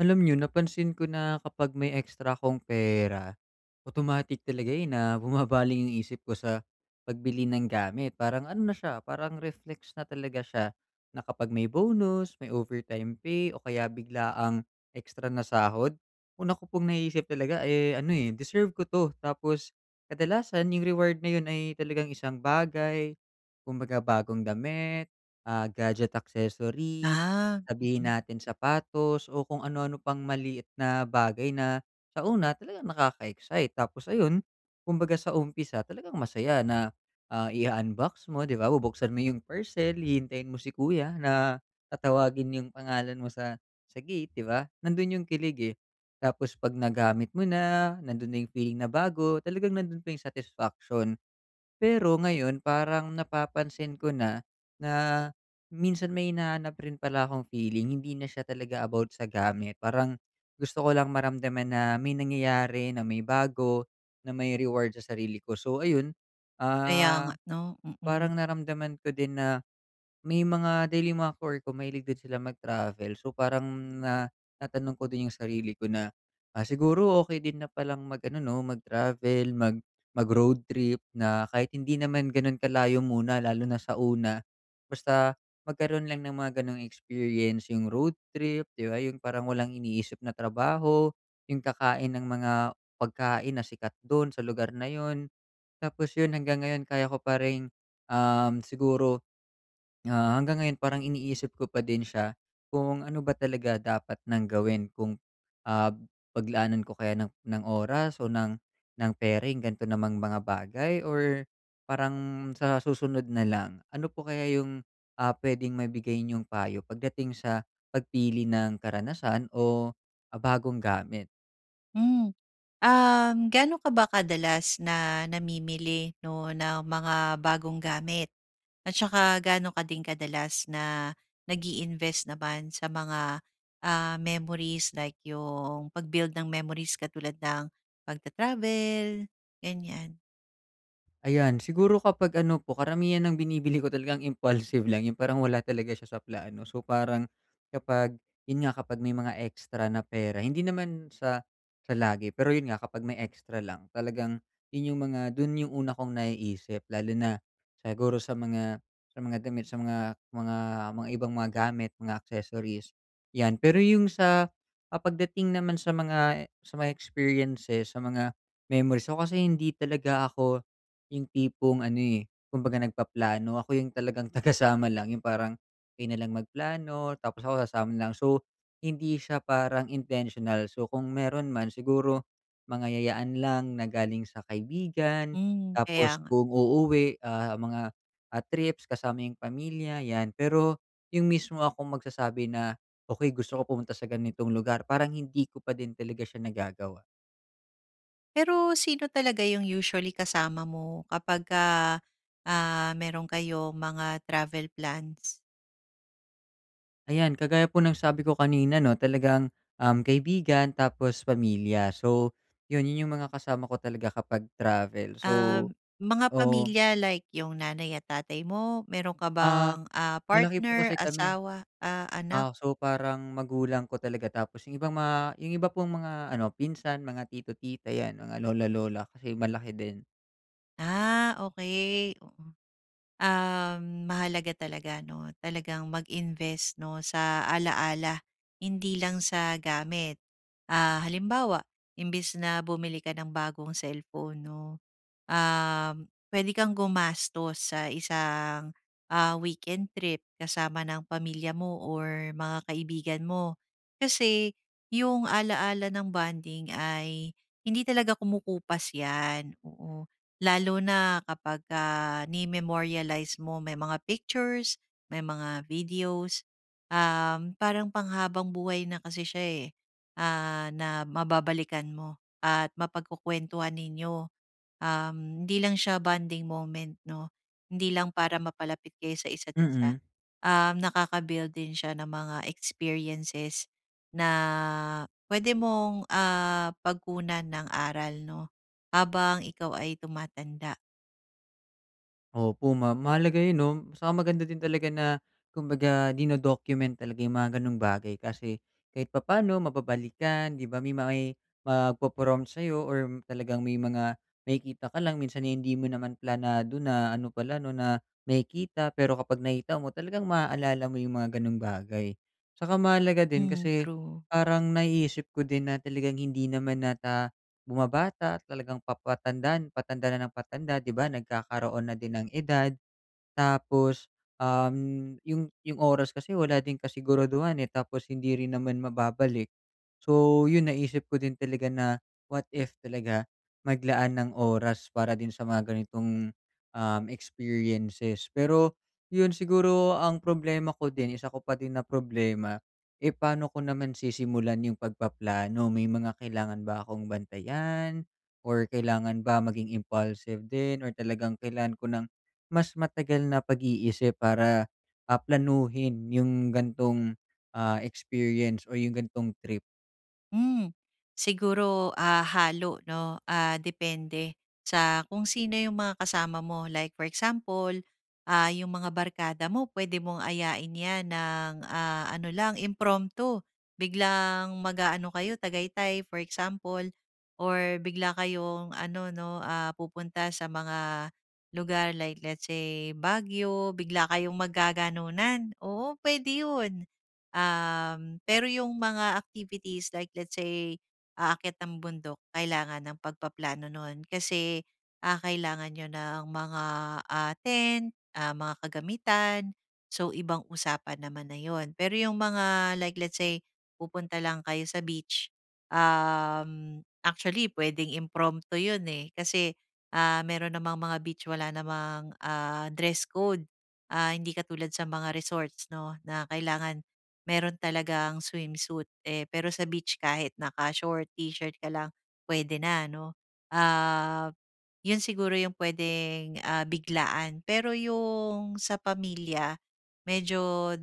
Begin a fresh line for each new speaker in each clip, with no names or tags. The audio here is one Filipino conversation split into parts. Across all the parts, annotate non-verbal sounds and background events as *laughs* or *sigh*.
Alam niyo napansin ko na kapag may extra akong pera, automatic talaga, eh, na bumabaling yung isip ko sa pagbili ng gamit. Parang ano na siya, parang reflex na talaga siya na kapag may bonus, may overtime pay o kaya bigla ang extra na sahod, una ko pong naiisip talaga, eh, ano, eh, deserve ko 'to. Tapos kadalasan yung reward na yun ay talagang isang bagay, kumbaga bagong damit, gadget accessory.
Ah,
Sabihin
mm.
natin sapatos o kung ano-ano pang maliit na bagay na sa una talagang nakaka-excite. Tapos ayun, kumbaga sa umpisa talagang masaya na, i unbox mo, 'di ba, bubuksan mo yung parcel, hihintayin mo si kuya na tatawagin yung pangalan mo sa gate, 'di ba? Nandun yung kilig, eh. Tapos 'pag nagamit mo na, nandun na yung feeling na bago, talagang nandun pa yung satisfaction. Pero ngayon parang napapansin ko na, na minsan may hinahanap rin pala akong feeling, hindi na siya talaga about sa gamit. Parang gusto ko lang maramdaman na may nangyayari, na may bago, na may reward sa sarili ko. So ayun,
Kaya nga
ah,
'no, mm.
parang naramdaman ko din na may mga dahil yung mga ka-work ko mahilig din sila mag-travel, so parang na natanong ko din yung sarili ko na, ah, siguro okey din na palang mag-ano 'no, mag-travel, mag-road trip na kahit hindi naman gano'n kalayo muna lalo na sa una. Basta magkaroon lang ng mga gano'ng experience yung road trip, 'di ba, yung parang walang iniisip na trabaho, yung kakain ng mga pagkain na sikat do'n sa lugar na 'yun. Tapos 'yun hanggang ngayon kaya ko pa ring, um, siguro hanggang ngayon parang iniisip ko pa din siya kung ano ba talaga dapat nang gawin kung, ah, paglaanan ko kaya ng oras o ng pering ganito namang mga bagay, or parang sa susunod na lang. Ano po kaya yung, ah, puwedeng maibigay niyong payo pagdating sa pagpili ng karanasan o, ah, bagong gamit?
Hmm, Gaano ka ba kadalas na namimili 'no, ng mga bagong gamit? At saka gaano ka din kadalas na nag-i-invest naman sa mga memories, like yung pag-build ng memories katulad ng pagta-travel, ganyan?
Ayan, siguro kapag ano po, karamihan ng binibili ko talagang impulsive lang, yung parang wala talaga siya sa plano. So parang kapag, yun nga kapag may mga extra na pera, hindi naman sa lagi, pero yun nga kapag may extra lang, talagang yun yung mga, dun yung una kong naiisip, lalo na siguro sa mga damit, sa mga ibang mga gamit, mga accessories, yan. Pero yung sa, ah, pagdating naman sa mga experiences, sa mga memories, so kasi hindi talaga ako yung tipong ano, eh, kumbaga nagpaplano, ako yung talagang *laughs* tagasama lang, yung parang kayo na lang magplano tapos ako sasama lang. So, hindi siya parang intentional. So, kung meron man siguro mga yayaan lang na galing sa kaibigan,
Hmm, kaya
tapos
nga.
kung uuwi, ah, mga, ah, trips kasama yung pamilya, 'yan. Pero yung mismo akong magsasabi na, "Okay, gusto ko pumunta sa ganitong lugar," parang hindi ko pa din talaga siya nagagawa.
Pero sino talaga yung usually kasama mo kapagka meron kayong mga travel plans?
Ayan, kagaya po ng sabi ko kanina 'no, talagang, kaibigan tapos pamilya. So, yun yung mga kasama ko talaga kapag travel. So
Mga
oo,
pamilya like yung nanay at tatay mo, meron ka
ah,
bang
malaki po
partner,
kasi kami.
asawa, anak?
Ah, so parang magulang ko talaga, tapos yung ibang mga yung iba pong mga ano, pinsan, mga tito, tita, 'yan, mga lola, lola kasi malaki din.
Ah, okay, oo. Mahalaga talaga 'no, talagang mag-invest 'no sa ala-ala, hindi lang sa gamit. Ah, halimbawa, imbes na bumili ka ng bagong cellphone 'no, puwede kang gumastos sa isang weekend trip kasama ng pamilya mo or mga kaibigan mo. Kasi yung ala-ala ng bonding ay hindi talaga kumukupas 'yan, oo. Lalo na kapagka ni-memorialize mo, may mga pictures, may mga videos, parang panghabang-buhay na kasi siya, eh, na mababalikan mo at mapagkukwentuhan ninyo. Hindi lang siya bonding moment 'no, hindi lang para mapalapit kayo sa isa't isa.
Mm.
Nakaka-build din siya ng mga experiences na pwede mong pagkunan ng aral 'no, habang ikaw ay tumatanda.
Opo, ma mahalaga yun 'no, saka maganda din talaga na kumbaga dino-document talaga yung mga gano'ng bagay, kasi kahit papaano mababalikan, 'di ba? May magpo-prompt sa'yo or talagang may kita ka lang minsan, eh, hindi mo naman planado na ano pala 'no, na may kita, pero kapag nakita mo talagang maaalala mo yung mga gano'ng bagay. Saka mahalaga din
Hmm,
kasi
true.
parang naiisip ko din na talagang hindi naman nata bumabata, talagang papatanda patanda na ng patanda, 'di ba, nagkakaroon na din ng edad. Tapos, um, yung oras kasi wala din kasiguraduhan, eh, tapos hindi rin naman mababalik. So, yun naisip ko din talaga na what if talaga maglaan ng oras para din sa mga ganitong, um, experiences. Pero yun siguro ang problema ko din, isa ko pa din na problema, eh, paano ko naman sisimulan yung pagpaplano? May mga kailangan ba akong bantayan or kailangan ba maging impulsive din or talagang kailangan ko ng mas matagal na pag-iisip para, ah, planuhin yung ganitong, ah, experience o yung ganitong trip.
Hmm, siguro, halo 'no, ah, depende sa kung sino yung mga kasama mo. Like for example, yung mga barkada mo pwede mong ayain 'yan ng ano lang, impromptu. Biglang mag-aano kayo, Tagaytay for example, or bigla kayong ano 'no, pupunta sa mga lugar like let's say Baguio, bigla kayong magkaganunan. Oo, pwede 'yun. Pero yung mga activities like let's say, aakyat ng bundok kailangan ng pagpaplano nun kasi, kailangan niyo ng mga tent, ah, mga kagamitan, so ibang usapan naman na yun. Pero yung mga like let's say, pupunta lang kayo sa beach, actually puwedeng impromptu yun, eh, kasi, meron namang mga beach, wala namang dress code. Ah, hindi katulad sa mga resorts 'no na kailangan meron talagang swimsuit, eh, pero sa beach kahit naka-short, t-shirt ka lang pwede na 'no. Ah, 'yun siguro yung puwedeng biglaan. Pero yung sa pamilya medyo,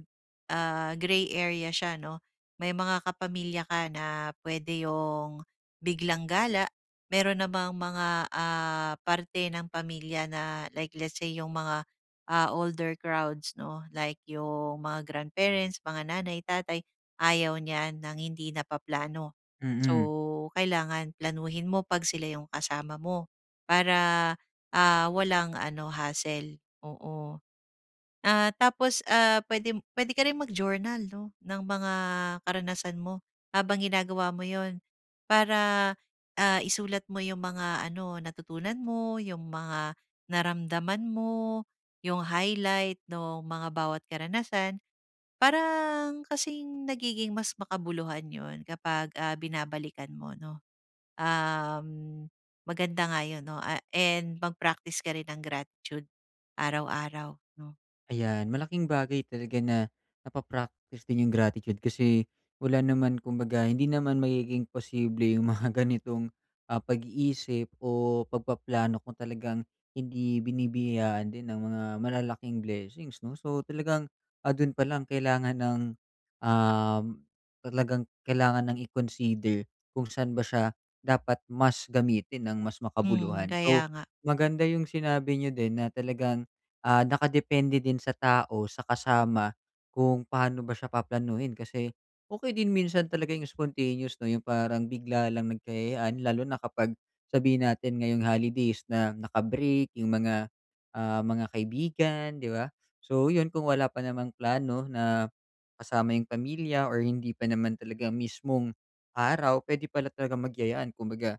ah, gray area siya 'no. May mga kapamilya ka na pwede yung biglang gala, meron namang mga parte ng pamilya na like let's say yung mga older crowds 'no, like yung mga grandparents, mga nanay, tatay, ayaw niyan ng hindi napaplano.
Mm.
So,
Mm.
kailangan planuhin mo 'pag sila yung kasama mo para, walang ano hassle, oo. Tapos, pwede pwede ka rin mag-journal 'no, ng mga karanasan mo habang ginagawa mo 'yon. Para, isulat mo yung mga ano, natutunan mo, yung mga naramdaman mo, yung highlight ng mga bawat karanasan. Parang kasing nagiging mas makabuluhan 'yon kapag binabalikan mo 'no. Um, maganda nga 'yon 'no, and mag-practice ka rin ng gratitude araw-araw 'no.
Ayan, malaking bagay talaga na napa-practice din yung gratitude kasi wala naman kumbaga hindi naman magiging posible yung mga *laughs* ganitong, ah, pag-iisip o pagpaplano kung talagang hindi binibiyayaan din ng mga malalaking blessings 'no. So, talagang, ah, dun pa lang kailangan ng, um, talagang kailangan ng i-consider kung saan ba siya dapat mas gamitin ng mas
Hmm,
makabuluhan.
kaya
So,
nga.
maganda yung sinabi niyo din na talagang ah, nakadepende din sa tao, sa kasama, kung paano ba siya paplanuhin kasi okay din minsan talaga yung spontaneous 'no, yung parang bigla lang nagkayayaan lalo na kapag sabihin natin ngayong holidays na nakabreak yung mga, ah, mga kaibigan, 'di ba? So yun, kung wala pa namang plano na kasama yung pamilya or hindi pa naman talaga mismong araw, puwede pala talagang magyayaan kumbaga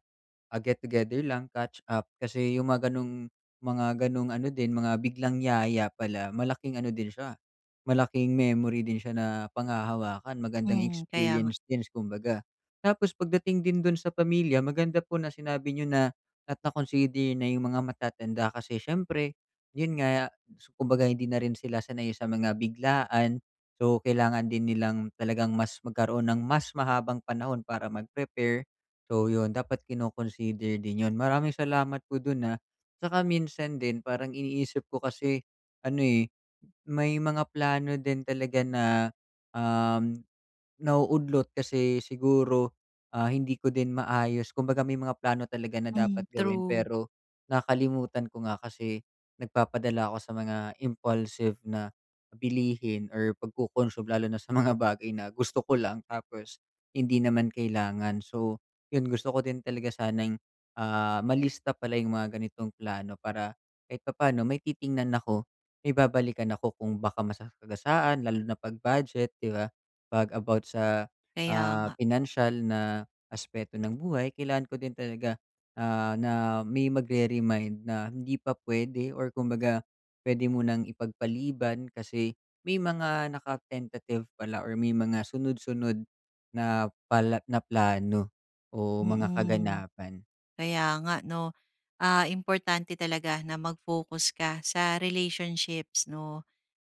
ah, get together lang, catch up. Kasi yung mga gano'ng ano din, mga biglang yaya pala, malaking ano din siya, malaking memory din siya na panghahawakan, magandang
Hmm, kaya nga.
experience din kumbaga. Tapos pagdating din do'n sa pamilya, maganda po na sinabi niyo na at na-consider na yung mga matatanda kasi siyempre, yun nga, so, kumbaga hindi na rin sila sanay sa mga biglaan. So, kailangan din nilang talagang mas magkaroon ng mas mahabang panahon para mag-prepare. So yun, dapat kino-consider din yun. Maraming salamat po dun, ah. Tsaka minsan din parang iniisip ko kasi ano, eh, may mga plano din talaga na, um nauudlot kasi siguro, ah, hindi ko din maayos kumbaga may mga plano talaga na
Hmm,
dapat gawin
true.
pero nakalimutan ko nga kasi nagpapadala ako sa mga impulsive na bilihin or pagko-consume lalo na sa mga bagay na gusto ko lang tapos hindi naman kailangan. So, 'yun gusto ko din talaga sanang, ah, malista pala yung mga ganitong plano para kahit papaano may titingnan ako, may babalikan ako kung baka masasagasaan lalo na 'pag budget, 'di ba? 'Pag about sa,
Kaya
ah,
nga,
pinansiyal na aspeto ng buhay kailangan ko din talaga, ah, na may magre-remind na hindi pa puwede or kumbaga pwede mo nang ipagpaliban kasi may mga naka-tentative pala or may mga sunod-sunod na pala na plano o mga
mm.
kaganapan.
Kaya nga 'no, importante talaga na mag-focus ka sa relationships 'no,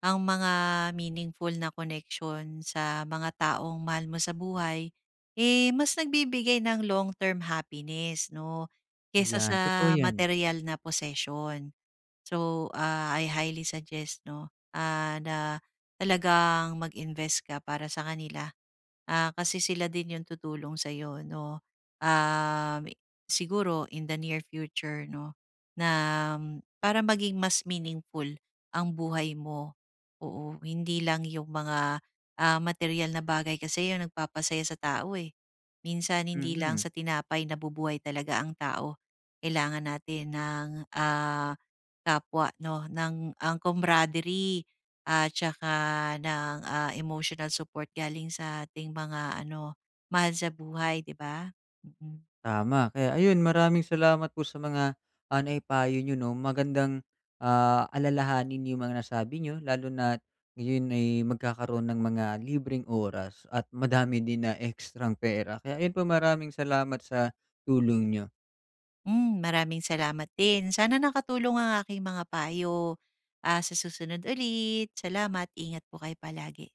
ang mga meaningful na connection sa mga taong mahal mo sa buhay, eh, mas nagbibigay ng long-term happiness 'no, kesa
Ayan,
sa
totoo 'yan.
material na possession. So, I highly suggest 'no, na talagang mag-invest ka para sa kanila. Ah, kasi sila din yung tutulong sa sa'yo 'no, um, siguro in the near future 'no, na para maging mas meaningful ang buhay mo. Oo, hindi lang yung mga material na bagay kasi yung nagpapasaya sa tao, eh. Minsan hindi lang
Mm.
sa tinapay nabubuhay talaga ang tao. Kailangan natin ng, ah, kapwa 'no, ng ang camaraderie, at tsaka ng emotional support galing sa ating mga ano, mahal sa buhay, 'di ba? Mm.
Tama. Kaya ayun, maraming salamat po sa mga, ah, naipayo niyo 'no. Magandang, ah, alalahanin yung mga nasabi niyo lalo na ngayon ay magkakaroon ng mga libreng oras at madami din na ekstrang pera. Kaya ayun po, maraming salamat sa tulong niyo.
Hmm, maraming salamat din. Sana nakatulong ang aking mga payo. Ah, sa susunod ulit. Salamat, ingat po kayo palagi.